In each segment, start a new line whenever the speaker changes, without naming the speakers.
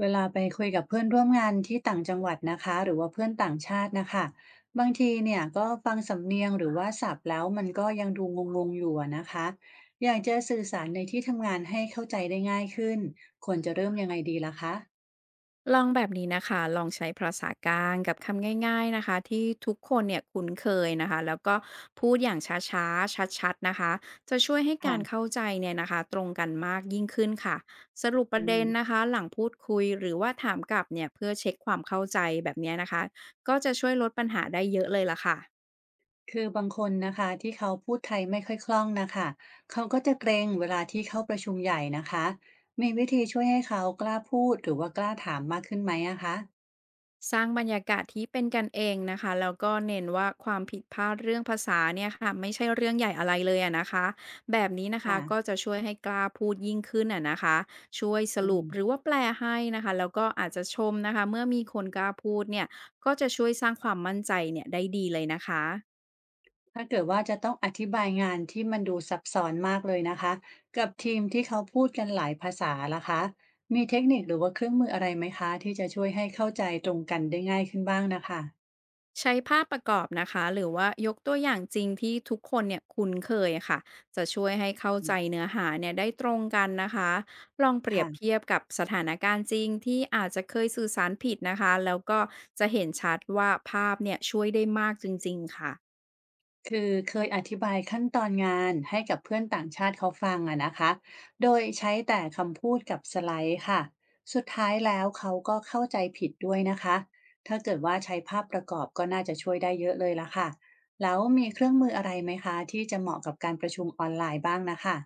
เวลาไปคุยกับเพื่อนร่วมงานที่ต่างจังหวัดนะคะหรือว่าเพื่อนต่างชาตินะคะบางทีเนี่ยก็ฟังสำเนียงหรือว่าศัพท์แล้วมันก็ยังดูงงๆอยู่อะนะคะอยากจะสื่อสารในที่ทำงานให้เข้าใจได้ง่ายขึ้นควรจะเริ่มยังไงดีล่ะคะ
ลองแบบนี้นะคะลองใช้ภาษากลางกับคำง่ายๆนะคะที่ทุกคนเนี่ยคุ้นเคยนะคะแล้วก็พูดอย่างช้าๆชัดๆนะคะจะช่วยให้กา
ค่ะ
รเข้าใจเนี่ยนะคะตรงกันมากยิ่งขึ้นค่ะสรุปป
อื
ระเด็นนะ
ม
คะหลังพูดคุยหรือว่าถามกลับเนี่ยเพื่อเช็คความเข้าใจแบบเนี้ยนะคะก็จะช่วยลดปัญหาได้เยอะเลยล่ะค่ะ
คือบางคนนะคะที่เขาพูดไทยไม่ค่อยคล่องนะคะเขาก็จะเกรงเวลาที่เข้าประชุมใหญ่นะคะมีวิธีช่วยให้เขากล้าพูดหรือว่ากล้าถามมากขึ้นไหมอะคะ
สร้างบรรยากาศที่เป็นกันเองนะคะแล้วก็เน้นว่าความผิดพลาดเรื่องภาษาเนี่ยค่ะไม่ใช่เรื่องใหญ่อะไรเลยอะนะคะแบบนี้นะคะก็
ค่ะ
จะช่วยให้กล้าพูดยิ่งขึ้นอะนะคะช่วยส
อื
รุปหรือ
ม
ว่าแปลให้นะคะแล้วก็อาจจะชมนะคะเมื่อมีคนกล้าพูดเนี่ยก็จะช่วยสร้างความมั่นใจเนี่ยได้ดีเลยนะคะ
ถ้าเกิดว่าจะต้องอธิบายงานที่มันดูซับซ้อนมากเลยนะคะกับทีมที่เขาพูดกันหลายภาษาล่ะคะมีเทคนิคหรือว่าเครื่องมืออะไรไหมคะที่จะช่วยให้เข้าใจตรงกันได้ง่ายขึ้นบ้างนะคะ
ใช้ภาพประกอบนะคะหรือว่ายกตัวอย่างจริงที่ทุกคนเนี่ยคุ้นเคยค่ะจะช่วยให้เข้า
อื
ใจ
ม
เนื้อหาเนี่ยได้ตรงกันนะคะลองเปรียบ
ค่ะ
เทียบกับสถานการณ์จริงที่อาจจะเคยสื่อสารผิดนะคะแล้วก็จะเห็นชัดว่าภาพเนี่ยช่วยได้มากจริงๆค่ะ
คือเคยอธิบายขั้นตอนงานให้กับเพื่อนต่างชาติเขาฟังอะนะคะโดยใช้แต่คำพูดกับสไลด์ค่ะ สุดท้ายแล้วเขาก็เข้าใจผิดด้วยนะคะ ถ้าเกิดว่าใช้ภาพประกอบก็น่าจะช่วยได้เยอะเลยละค่ะ แล้วมีเครื่องมืออะไรไหมคะที่จะเหมาะกับการประชุมออนไลน์บ้างนะคะ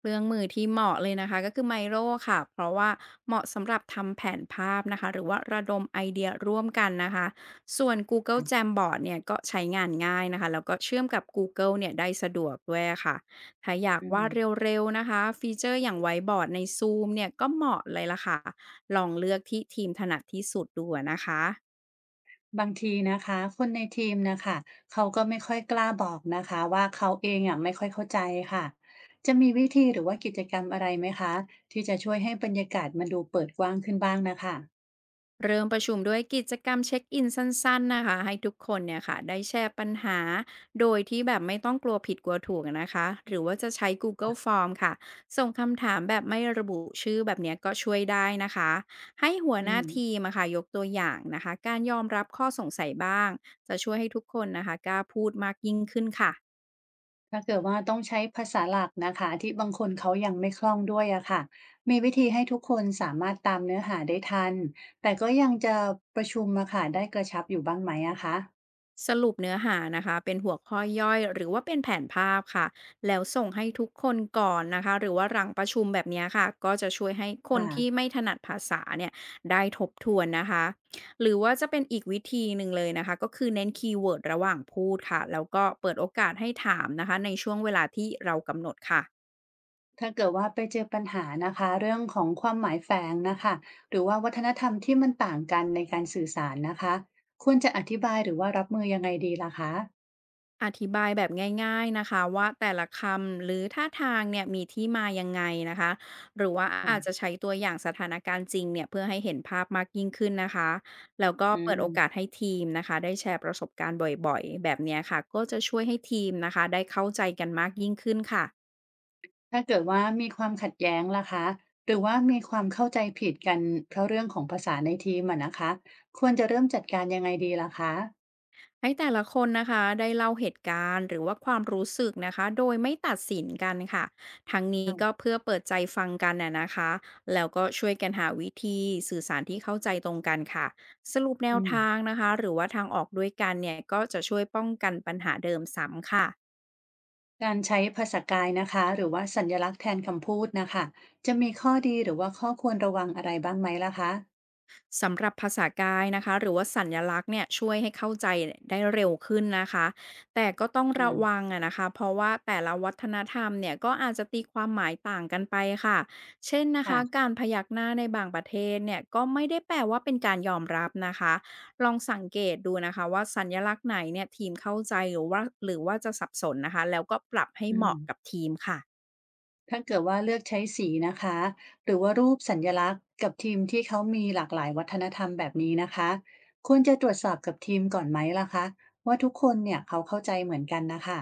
เครื่องมือที่เหมาะเลยนะคะก็คือ Miro ค่ะเพราะว่าเหมาะสำหรับทำแผนภาพนะคะหรือว่าระดมไอเดียร่วมกันนะคะส่วน Google
อ่ะ
Jamboard เนี่ยก็ใช้งานง่ายนะคะแล้วก็เชื่อมกับ Google เนี่ยได้สะดวกด้วยค่ะถ้าอยาก
อื
วา
ม
ดเร็วๆนะคะฟีเจอร์อย่างไวบอร์ดใน Zoom เนี่ยก็เหมาะเลยล่ะค่ะลองเลือกที่ทีมถนัดที่สุดดูอะนะคะ
บางทีนะคะคนในทีมนะคะเขาก็ไม่ค่อยกล้าบอกนะคะว่าเขาเองอะไม่ค่อยเข้าใจค่ะจะมีวิธีหรือว่ากิจกรรมอะไรไหมคะที่จะช่วยให้บรรยากาศมันดูเปิดกว้างขึ้นบ้างนะคะ
เริ่มประชุมด้วยกิจกรรมเช็คอินสั้นๆนะคะให้ทุกคนเนี่ยค่ะได้แชร์ปัญหาโดยที่แบบไม่ต้องกลัวผิดกลัวถูกนะคะหรือว่าจะใช้ Google Form ค่ะส่งคำถามแบบไม่ระบุชื่อแบบเนี้ยก็ช่วยได้นะคะให้หัว
อื
หน้า
ม
ทีมอะค่ะยกตัวอย่างนะคะการยอมรับข้อสงสัยบ้างจะช่วยให้ทุกคนนะคะกล้าพูดมากยิ่งขึ้นค่ะ
ถ้าเกิดว่าต้องใช้ภาษาหลักนะคะที่บางคนเขายังไม่คล่องด้วยอะค่ะมีวิธีให้ทุกคนสามารถตามเนื้อหาได้ทันแต่ก็ยังจะประชุมอะค่ะได้กระชับอยู่บ้างไหมอะคะ
สรุปเนื้อหานะคะเป็นหัวข้อย่อยหรือว่าเป็นแผนภาพค่ะแล้วส่งให้ทุกคนก่อนนะคะหรือว่าหลังประชุมแบบเนี้ยค่ะก็จะช่วยให้คนที่
ค่ะ
ไม่ถนัดภาษาเนี่ยได้ทบทวนนะคะหรือว่าจะเป็นอีกวิธีหนึ่งเลยนะคะก็คือเน้นคีย์เวิร์ดระหว่างพูดค่ะแล้วก็เปิดโอกาสให้ถามนะคะในช่วงเวลาที่เรากำหนดค่ะ
ถ้าเกิดว่าไปเจอปัญหานะคะเรื่องของความหมายแฝงนะคะหรือว่าวัฒนธรรมที่มันต่างกันในการสื่อสารนะคะควรจะอธิบายหรือว่ารับมือยังไงดีล่ะคะ
อธิบายแบบง่ายๆนะคะว่าแต่ละคำหรือท่าทางเนี่ยมีที่มายังไงนะคะหรือว่า
ค่ะ
อาจจะใช้ตัวอย่างสถานการณ์จริงเนี่ยเพื่อให้เห็นภาพมากยิ่งขึ้นนะคะแล้วก็
อื
เปิดโอกาส
ม
ให้ทีมนะคะได้แชร์ประสบการณ์บ่อยๆแบบเนี้ยค่ะก็จะช่วยให้ทีมนะคะได้เข้าใจกันมากยิ่งขึ้นค่ะ
ถ้าเกิดว่ามีความขัดแย้งล่ะคะหรือว่ามีความเข้าใจผิดกันเพราะเรื่องของภาษาในทีมอะนะคะควรจะเริ่มจัดการยังไงดีล่ะคะ
ให้แต่ละคนนะคะได้เล่าเหตุการณ์หรือว่าความรู้สึกนะคะโดยไม่ตัดสินกันค่ะทั้งนี้ก็เพื่อเปิดใจฟังกันนะนะคะแล้วก็ช่วยกันหาวิธีสื่อสารที่เข้าใจตรงกันค่ะสรุปแน
อื
ว
ม
ทางนะคะหรือว่าทางออกด้วยกันเนี่ยก็จะช่วยป้องกันปัญหาเดิมซ้ำค่ะ
การใช้ภาษากายนะคะหรือว่าสัญลักษณ์แทนคำพูดนะคะจะมีข้อดีหรือว่าข้อควรระวังอะไรบ้างไหมล่ะคะ
สำหรับภาษากายนะคะหรือว่าสัญลักษณ์เนี่ยช่วยให้เข้าใจได้เร็วขึ้นนะคะแต่ก็ต้อง
อื
ระ
ม
วังอะนะคะเพราะว่าแต่ละวัฒนธรรมเนี่ยก็อาจจะตีความหมายต่างกันไปค่ะเช่นนะคะ
ค่ะ
การพยักหน้าในบางประเทศเนี่ยก็ไม่ได้แปลว่าเป็นการยอมรับนะคะลองสังเกตดูนะคะว่าสัญลักษณ์ไหนเนี่ยทีมเข้าใจหรือว่าจะสับสนนะคะแล้วก็ปรับให้
อื
เหมาะกับ
ม
ทีมค่ะ
ถ้าเกิดว่าเลือกใช้สีนะคะหรือว่ารูปสัญลักษณ์กับทีมที่เขามีหลากหลายวัฒนธรรมแบบนี้นะคะควรจะตรวจสอบกับทีมก่อนไหมล่ะคะว่าทุกคนเนี่ยเขาเข้าใจเหมือนกันนะคะ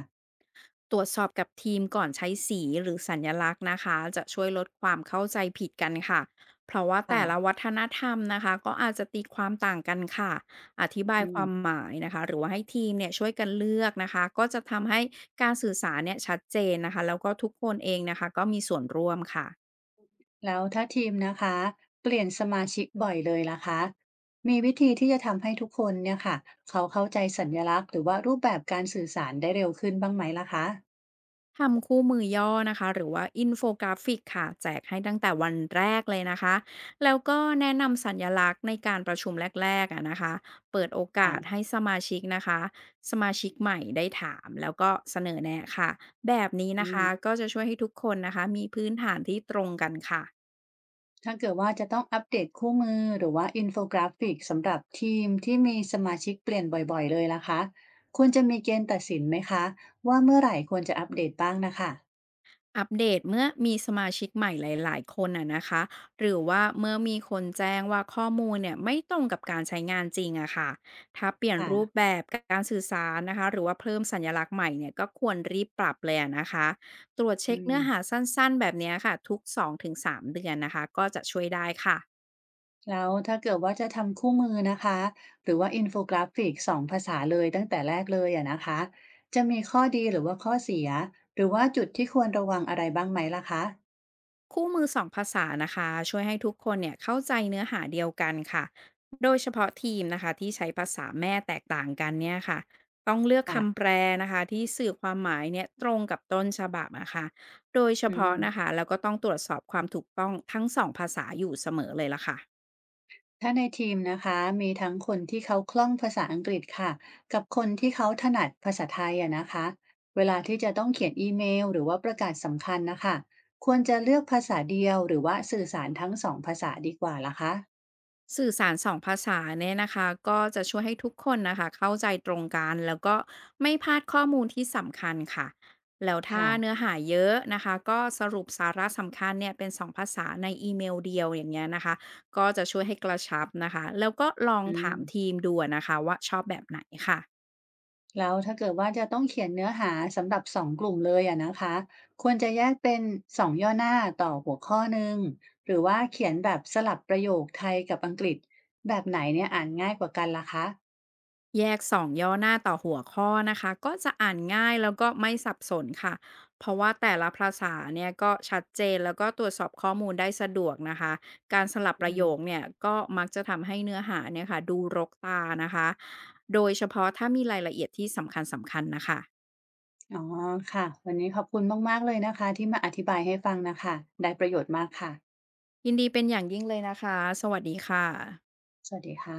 ตรวจสอบกับทีมก่อนใช้สีหรือสัญลักษณ์นะคะจะช่วยลดความเข้าใจผิดกันค่ะเพราะว่าแต่ละ
ค่ะ
วัฒนธรรมนะคะก็อาจจะตีความต่างกันค่ะอธิบาย
อื
ความ
ม
หมายนะคะหรือว่าให้ทีมเนี่ยช่วยกันเลือกนะคะก็จะทำให้การสื่อสารเนี่ยชัดเจนนะคะแล้วก็ทุกคนเองนะคะก็มีส่วนร่วมค่ะ
แล้วถ้าทีมนะคะเปลี่ยนสมาชิกบ่อยเลยล่ะคะมีวิธีที่จะทำให้ทุกคนเนี่ยค่ะเขาเข้าใจสัญลักษณ์หรือว่ารูปแบบการสื่อสารได้เร็วขึ้นบ้างไหมล่ะคะ
ทำคู่มือย่อนะคะหรือว่าอินโฟกราฟิกค่ะแจกให้ตั้งแต่วันแรกเลยนะคะแล้วก็แนะนำสัญลักษณ์ในการประชุมแรกๆอะนะคะเปิดโอกาส
อ่ะ
ให้สมาชิกนะคะสมาชิกใหม่ได้ถามแล้วก็เสนอแนะค่ะแบบนี้
อื
นะคะ
ม
ก็จะช่วยให้ทุกคนนะคะมีพื้นฐานที่ตรงกันค่ะ
ถ้าเกิดว่าจะต้องอัปเดตคู่มือหรือว่าอินโฟกราฟิกสำหรับทีมที่มีสมาชิกเปลี่ยนบ่อยๆเลยล่ะคะควรจะมีเกณฑ์ตัดสินไหมคะว่าเมื่อไหร่ควรจะอัปเดตบ้างนะคะ
อัปเดตเมื่อมีสมาชิกใหม่หลายๆคนอะนะคะหรือว่าเมื่อมีคนแจ้งว่าข้อมูลเนี่ยไม่ตรงกับการใช้งานจริงอะค่ะถ้าเปลี่ยนรูป
ค่ะ
แบบการสื่อสารนะคะหรือว่าเพิ่มสัญลักษณ์ใหม่เนี่ยก็ควรรีบปรับเลยอะนะคะตรวจ
อื
เช็ค
ม
เนื้อหาสั้นๆแบบเนี้ยค่ะทุก2-3เดือนนะคะก็จะช่วยได้ค่ะ
แล้วถ้าเกิดว่าจะทำคู่มือนะคะหรือว่าอินโฟกราฟิกสองภาษาเลยตั้งแต่แรกเลยอะนะคะจะมีข้อดีหรือว่าข้อเสียหรือว่าจุดที่ควรระวังอะไรบ้างไหมล่ะคะ
คู่มือสองภาษานะคะช่วยให้ทุกคนเนี่ยเข้าใจเนื้อหาเดียวกันค่ะโดยเฉพาะทีมนะคะที่ใช้ภาษาแม่แตกต่างกันเนี่ยค่ะต้องเลือก
อ่ะ
คำแปลนะคะที่สื่อความหมายเนี่ยตรงกับต้นฉบับนะคะโดยเฉ
อื
พาะนะคะ
ม
แล้วก็ต้องตรวจสอบความถูกต้องทั้งสองภาษาอยู่เสมอเลยละค่ะ
ถ้าในทีมนะคะมีทั้งคนที่เขาคล่องภาษาอังกฤษค่ะกับคนที่เขาถนัดภาษาไทยอะนะคะเวลาที่จะต้องเขียนอีเมลหรือว่าประกาศสำคัญนะคะควรจะเลือกภาษาเดียวหรือว่าสื่อสารทั้งสองภาษาดีกว่าล่ะคะ
สื่อสาร2ภาษาเนี่ยนะคะก็จะช่วยให้ทุกคนนะคะเข้าใจตรงกันแล้วก็ไม่พลาดข้อมูลที่สำคัญค่ะแล้วถ้า
ค่ะ
เนื้อหาเยอะนะคะก็สรุปสาระสำคัญเนี่ยเป็น2ภาษาในอีเมลเดียวอย่างเงี้ยนะคะก็จะช่วยให้กระชับนะคะแล้วก็ลอง
อื
ถา
ม
มทีมดูนะคะว่าชอบแบบไหนค่ะ
แล้วถ้าเกิดว่าจะต้องเขียนเนื้อหาสำหรับสองกลุ่มเลยอะนะคะควรจะแยกเป็นสองย่อหน้าต่อหัวข้อหนึ่งหรือว่าเขียนแบบสลับประโยคไทยกับอังกฤษแบบไหนเนี่ยอ่านง่ายกว่ากันล่ะคะ
แยก2ย่อหน้าต่อหัวข้อนะคะก็จะอ่านง่ายแล้วก็ไม่สับสนค่ะเพราะว่าแต่ละภาษาเนี่ยก็ชัดเจนแล้วก็ตรวจสอบข้อมูลได้สะดวกนะคะการสลับ
อื
ประโยค
ม
เนี่ยก็มักจะทำให้เนื้อหาเนี่ยค่ะดูรกตานะคะโดยเฉพาะถ้ามีรายละเอียดที่สำคัญสำคัญนะคะ
อ๋อค่ะวันนี้ขอบคุณมากๆเลยนะคะที่มาอธิบายให้ฟังนะค่ะได้ประโยชน์มากค่ะ
ยินดีเป็นอย่างยิ่งเลยนะคะสวัสดีค่ะ
สวัสดีค่ะ